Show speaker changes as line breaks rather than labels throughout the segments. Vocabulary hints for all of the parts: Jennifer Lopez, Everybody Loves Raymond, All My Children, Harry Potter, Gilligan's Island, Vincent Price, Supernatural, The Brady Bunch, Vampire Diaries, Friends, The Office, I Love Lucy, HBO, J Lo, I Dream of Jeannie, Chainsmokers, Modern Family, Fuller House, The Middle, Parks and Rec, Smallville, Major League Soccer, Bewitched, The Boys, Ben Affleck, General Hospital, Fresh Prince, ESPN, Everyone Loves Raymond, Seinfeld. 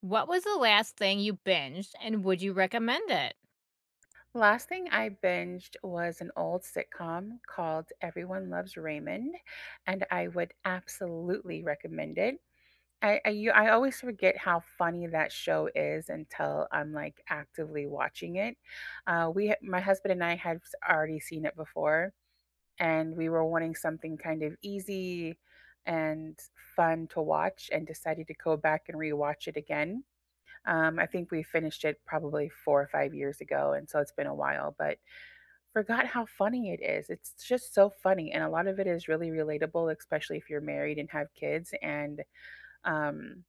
What was the last thing you binged and would you recommend it?
Last thing I binged was an old sitcom called Everyone Loves Raymond, and I would absolutely recommend it. I always forget how funny that show is until I'm like actively watching it. My husband and I had already seen it before, and we were wanting something kind of easy and fun to watch, and decided to go back and rewatch it again. I think we finished it probably 4 or 5 years ago, and so it's been a while, but forgot how funny it is. It's just so funny, and a lot of it is really relatable, especially if you're married and have kids. And um,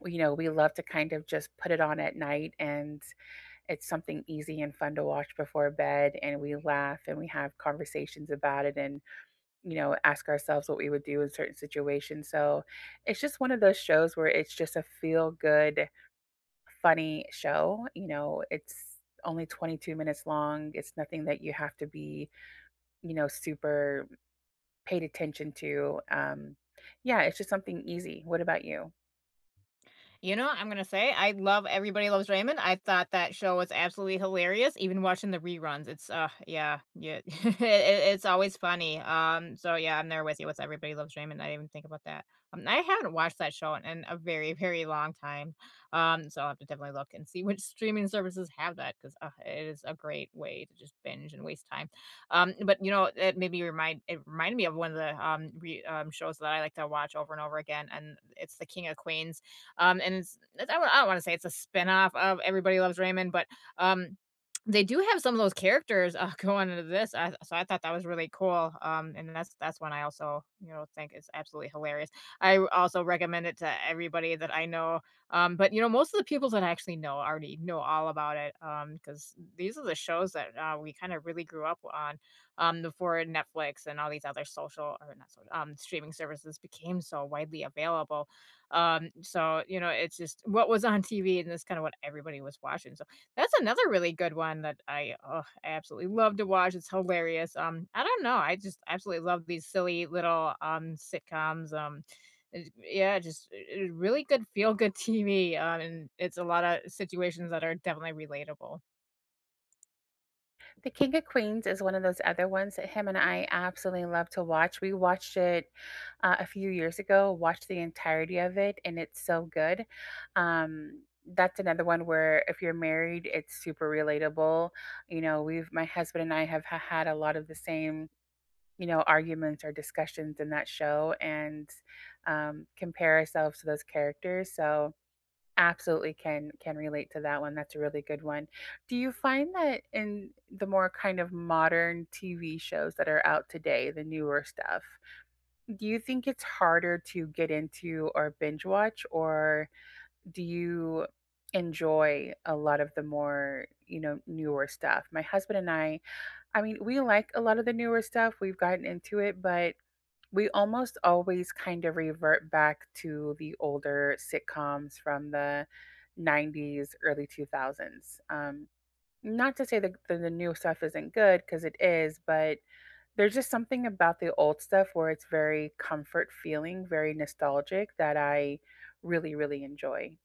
we- you know, We love to kind of just put it on at night, and it's something easy and fun to watch before bed. And we laugh and we have conversations about it, and ask ourselves what we would do in certain situations. So it's just one of those shows where it's just a feel good, funny show. You know, it's only 22 minutes long. It's nothing that you have to be super paid attention to. Yeah, it's just something easy. What about you?
You know, I'm gonna say I love Everybody Loves Raymond. I thought that show was absolutely hilarious, even watching the reruns. It's yeah, yeah. It's always funny. So yeah, I'm there with you with Everybody Loves Raymond. I didn't even think about that. I haven't watched that show in, a very, very long time. So I'll have to definitely look and see which streaming services have that because it is a great way to just binge and waste time. But it made me remind it reminded me of one of the shows that I like to watch over and over again, and it's The King of Queens. And it's I don't want to say it's a spinoff of Everybody Loves Raymond, but um, they do have some of those characters going into so I thought that was really cool. And that's one I also, you know, think is absolutely hilarious. I also recommend it to everybody that I know. But you know, most of the people that I actually know already know all about it. Because these are the shows that we kind of really grew up on. Before Netflix and all these other social or not social streaming services became so widely available. So, you know, it's just what was on TV, and that's kind of what everybody was watching. So that's another really good one that I absolutely love to watch. It's hilarious. I don't know. I just absolutely love these silly little sitcoms. Yeah, just really good feel good TV. And it's a lot of situations that are definitely relatable.
The King of Queens is one of those other ones that him and I absolutely love to watch. We watched it a few years ago, watched the entirety of it, and it's so good. That's another one where if you're married, it's super relatable. My husband and I had a lot of the same, you know, arguments or discussions in that show, and compare ourselves to those characters. So absolutely can relate to that one. That's a really good one. Do you find that in the more kind of modern TV shows that are out today, the newer stuff, do you think it's harder to get into or binge watch, or do you enjoy a lot of the more, you know, newer stuff? My husband and I mean, we like a lot of the newer stuff. We've gotten into it, but we almost always kind of revert back to the older sitcoms from the 90s, early 2000s. Not to say that the new stuff isn't good, because it is, but there's just something about the old stuff where it's very comfort feeling, very nostalgic that I really, really enjoy.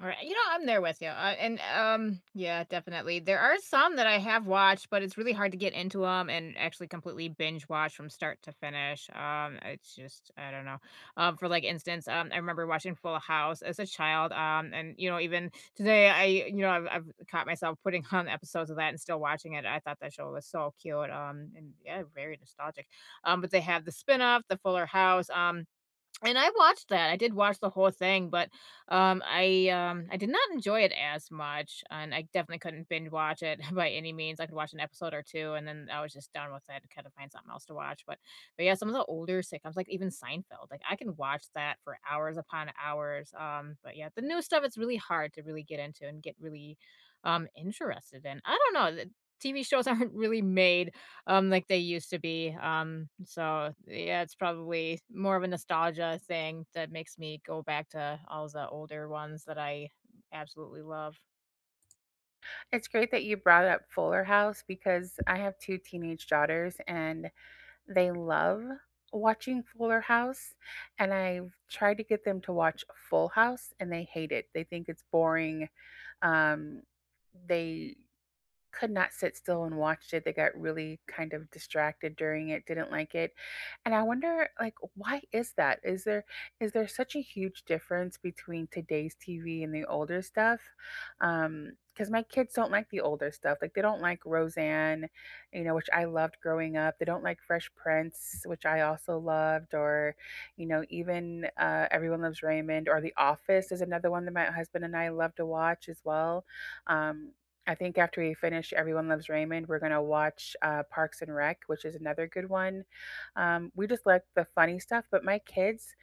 All right. You know, I'm there with you. And Yeah, definitely. There are some that I have watched, but it's really hard to get into them and actually completely binge watch from start to finish. It's just I don't know. For instance, I remember watching Full House as a child. And you know, even today I you know, I've caught myself putting on episodes of that and still watching it. I thought that show was so cute. And yeah, very nostalgic. But they have the spin-off, the Fuller House. And I watched that. I did watch the whole thing, but I did not enjoy it as much, and I definitely couldn't binge watch it by any means. I could watch an episode or 2, and then I was just done with it, kinda find something else to watch, but yeah, some of the older sitcoms, like even Seinfeld, like, I can watch that for hours upon hours, but, yeah, the new stuff, it's really hard to really get into and get really interested in. I don't know, the TV shows aren't really made like they used to be, so, yeah, it's probably more of a nostalgia thing that makes me go back to all the older ones that I absolutely love.
It's great that you brought up Fuller House because I have two teenage daughters, and they love watching Fuller House, and I've tried to get them to watch Full House, and they hate it. They think it's boring. Um, they could not sit still and watched it. They got really kind of distracted during it, didn't like it. And I wonder, like, why is that? Is there such a huge difference between today's TV and the older stuff? Because my kids don't like the older stuff. Like, they don't like Roseanne, you know, which I loved growing up. They don't like Fresh Prince, which I also loved, or, you know, even Everyone Loves Raymond, or The Office is another one that my husband and I love to watch as well. Um, I think after we finish Everyone Loves Raymond, we're gonna watch, Parks and Rec, which is another good one. We just like the funny stuff, but my kids,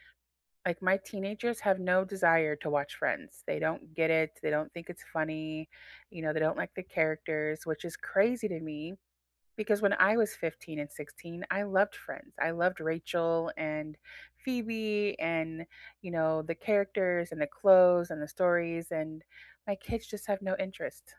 like my teenagers, have no desire to watch Friends. They don't get it, they don't think it's funny, you know, they don't like the characters, which is crazy to me because when I was 15 and 16, I loved Friends. I loved Rachel and Phoebe, and, you know, the characters and the clothes and the stories, and my kids just have no interest.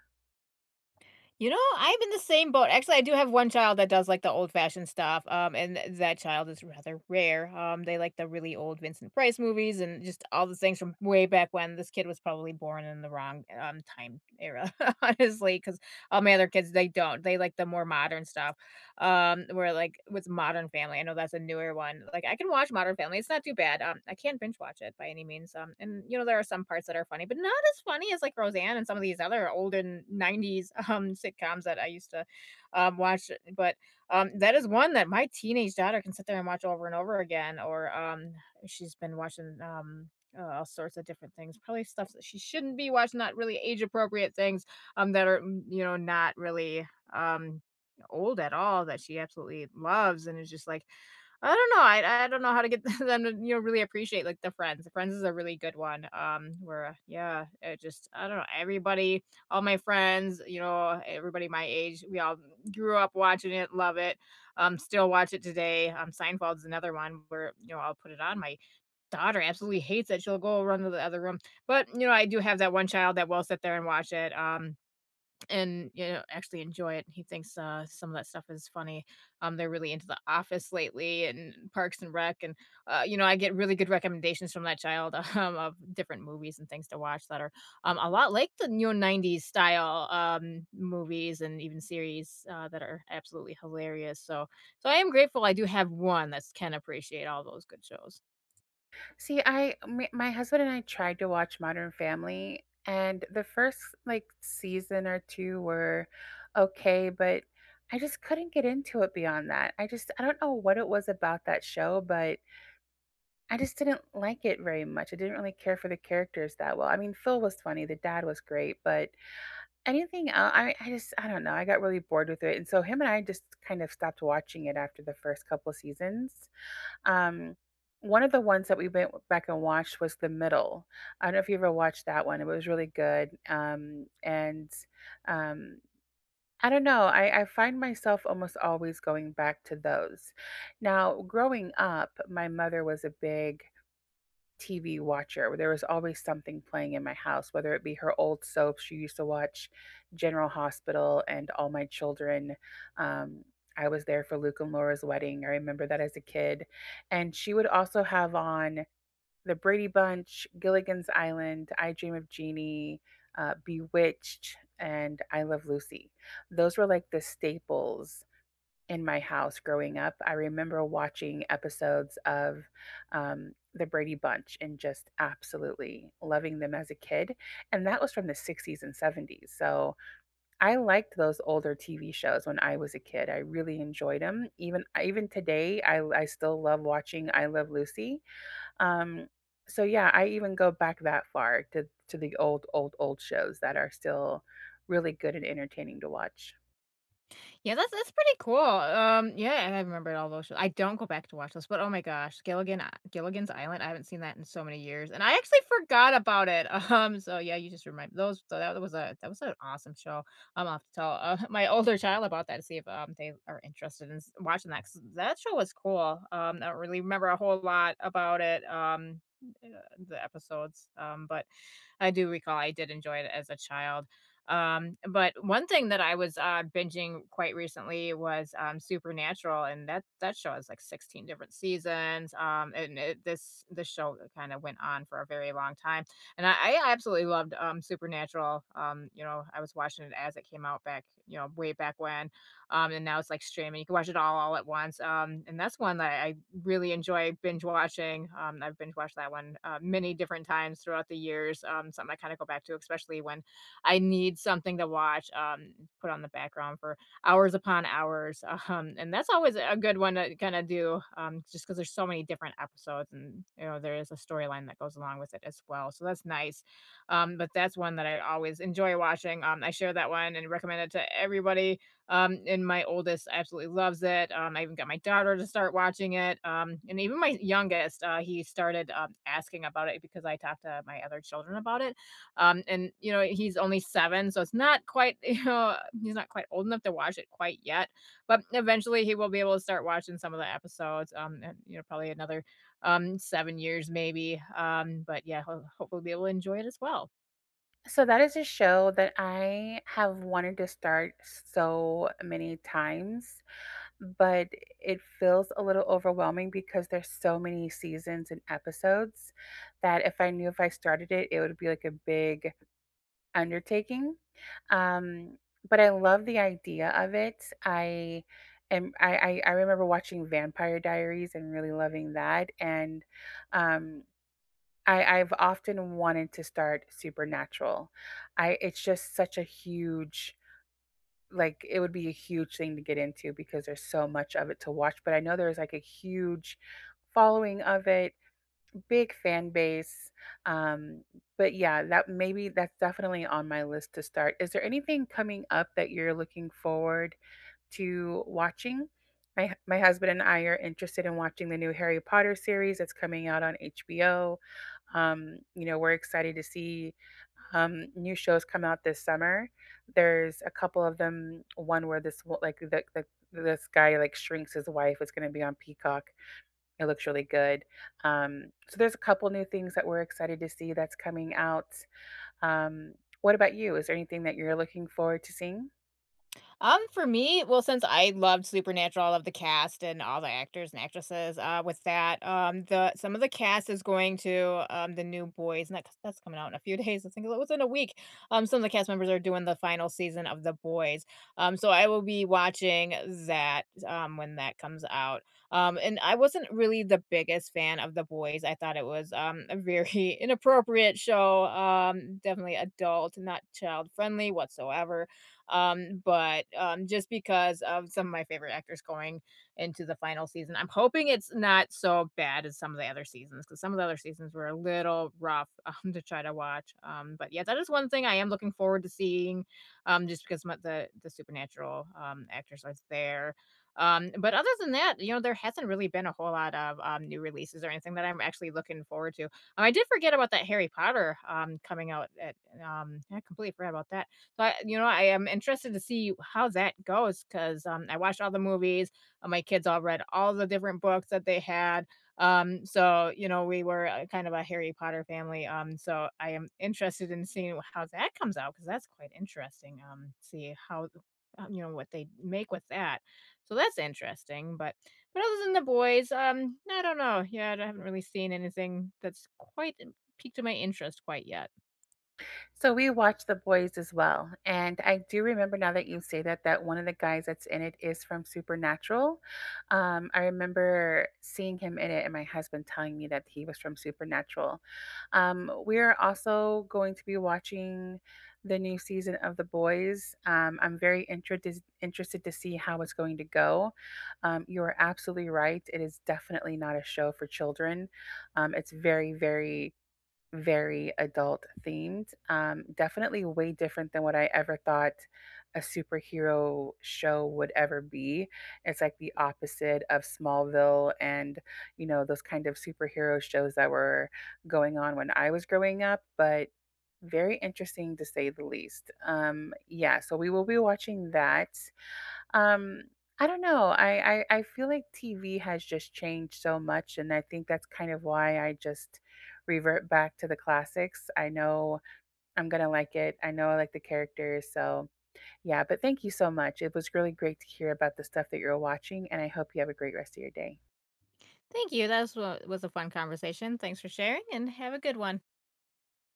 You know, I'm in the same boat. Actually, I do have one child that does like the old fashioned stuff, and th that child is rather rare. They like the really old Vincent Price movies and just all the things from way back when. This kid was probably born in the wrong time era, honestly, because all my other kids, they don't. They like the more modern stuff. Where like with Modern Family, I know that's a newer one. Like I can watch Modern Family; it's not too bad. I can't binge watch it by any means. And you know, there are some parts that are funny, but not as funny as like Roseanne and some of these other olden '90s sitcoms that I used to watch. But that is one that my teenage daughter can sit there and watch over and over again. Or She's been watching all sorts of different things, probably stuff that she shouldn't be watching, not really age appropriate things that are you know, not really um old at all, that she absolutely loves, and it's just like, I don't know, I don't know how to get them to, you know, really appreciate, like, the Friends is a really good one, where yeah, it just I don't know, everybody all my friends, you know, everybody my age, we all grew up watching it, love it, still watch it today. Seinfeld's another one where, you know, I'll put it on. My daughter absolutely hates it, she'll go run to the other room, but, you know, I do have that one child that will sit there and watch it, and, you know, actually enjoy it, he thinks, some of that stuff is funny. They're really into The Office lately and Parks and Rec, and you know, I get really good recommendations from that child, of different movies and things to watch that are a lot like the new 90s style movies and even series, that are absolutely hilarious, so I am grateful I do have one that can appreciate all those good shows.
See, my husband and I tried to watch Modern Family, and the first like season or two were okay, but I just couldn't get into it beyond that. I don't know what it was about that show, but I just didn't like it very much. I didn't really care for the characters that well. I mean, Phil was funny, the dad was great, but anything else, I don't know. I got really bored with it, and so him and I just kind of stopped watching it after the first couple seasons. Um, One of the ones that we went back and watched was The Middle. I don't know if you ever watched that one. It was really good. And um, I don't know. I find myself almost always going back to those. Now, growing up, my mother was a big TV watcher. There was always something playing in my house, whether it be her old soaps. She used to watch General Hospital and All My Children. Um, I was there for Luke and Laura's wedding. I remember that as a kid. And she would also have on The Brady Bunch, Gilligan's Island, I Dream of Jeannie, Bewitched, and I Love Lucy. Those were like the staples in my house growing up. I remember watching episodes of The Brady Bunch and just absolutely loving them as a kid. And that was from the 60s and 70s. So I liked those older TV shows when I was a kid. I really enjoyed them. Even today, I still love watching I Love Lucy. Um, so yeah, I even go back that far to the old, old, old shows that are still really good and entertaining to watch.
Yeah, that's pretty cool. Yeah, and I remembered all those shows. I don't go back to watch those, but oh my gosh, Gilligan's Island. I haven't seen that in so many years, and I actually forgot about it. So yeah, you just remind those. So that was a that was an awesome show. I'm off to tell my older child about that to see if they are interested in watching that. 'Cause that show was cool. I don't really remember a whole lot about it. Uh, the episodes. But I do recall I did enjoy it as a child. But one thing that I was binging quite recently was Supernatural, and that show has, like, 16 different seasons, and it this this show kinda went on for a very long time, and I absolutely loved Supernatural. You know, I was watching it as it came out back, you know, way back when, and now it's like streaming. You can watch it all at once. And that's one that I really enjoy binge watching. I've binge watched that one many different times throughout the years. Something I kind of go back to, especially when I need something to watch, put on the background for hours upon hours. And that's always a good one to kind of do, just because there's so many different episodes, and you know there is a storyline that goes along with it as well. So that's nice. But that's one that I always enjoy watching. I share that one and recommend it to everybody, and my oldest absolutely loves it. I even got my daughter to start watching it. And even my youngest, he started asking about it because I talked to my other children about it. And you know, he's only 7, so it's not quite, you know, he's not quite old enough to watch it quite yet. But eventually, he will be able to start watching some of the episodes. And you know, probably another 7 years maybe. But yeah, he'll hopefully be able to enjoy it as well.
So that is a show that I have wanted to start so many times, but it feels a little overwhelming because there's so many seasons and episodes that if I knew if I started it, it would be like a big undertaking. Um, but I love the idea of it. I am I remember watching Vampire Diaries and really loving that. And um I I've often wanted to start Supernatural. I It's just such a huge, like, it would be a huge thing to get into because there's so much of it to watch, but I know there's like a huge following of it, big fan base. Um, but yeah, that, maybe that's definitely on my list to start. Is there anything coming up that you're looking forward to watching? My husband and I are interested in watching the new Harry Potter series that's coming out on HBO. You know, we're excited to see new shows come out this summer. There's a couple of them. One where this wo- like the This guy like shrinks his wife. It's going to be on Peacock. It looks really good. So there's a couple new things that we're excited to see that's coming out. Um, what about you? Is there anything that you're looking forward to seeing?
For me, well, since I loved Supernatural, I love the cast and all the actors and actresses. With that, the some of the cast is going to the new boys, and that's coming out in a few days. I think it's within a week. Some of the cast members are doing the final season of the boys. So I will be watching that when that comes out. And I wasn't really the biggest fan of the boys. I thought it was a very inappropriate show. Definitely adult, not child friendly whatsoever, but just because of some of my favorite actors going into the final season, I'm hoping it's not so bad as some of the other seasons. Because some of the other seasons were a little rough, to try to watch. But yeah, that is one thing I am looking forward to seeing, just because my the supernatural, actors are there. But other than that, you know, there hasn't really been a whole lot of new releases or anything that I'm actually looking forward to. I did forget about that Harry Potter, coming out at, I completely forgot about that. So you know, I am interested to see how that goes because I watched all the movies. My kids all read all the different books that they had. So you know, we were kind of a Harry Potter family. So I am interested in seeing how that comes out because that's quite interesting. See how you know, what they make with that. So that's interesting. But other than the boys, I don't know. Yeah, I haven't really seen anything that's quite piqued my interest quite yet.
So we watched The Boys as well. And I do remember now that you say that, that one of the guys that's in it is from Supernatural. I remember seeing him in it, and my husband telling me that he was from Supernatural. We're also going to be watching the new season of The Boys. I'm very interested to see how it's going to go. You are absolutely right. It is definitely not a show for children. It's very adult themed. Definitely way different than what I ever thought a superhero show would ever be. It's like the opposite of Smallville and, you know, those kind of superhero shows that were going on when I was growing up, but very interesting to say the least. Yeah, so we will be watching that. Um, I don't know. I feel like TV has just changed so much, and I think that's kind of why I just revert back to the classics. I know I'm gonna like it. I know I like the characters. So yeah, but thank you so much. It was really great to hear about the stuff that you're watching, and I hope you have a great rest of your day.
Thank you. That was a fun conversation. Thanks for sharing and have a good one.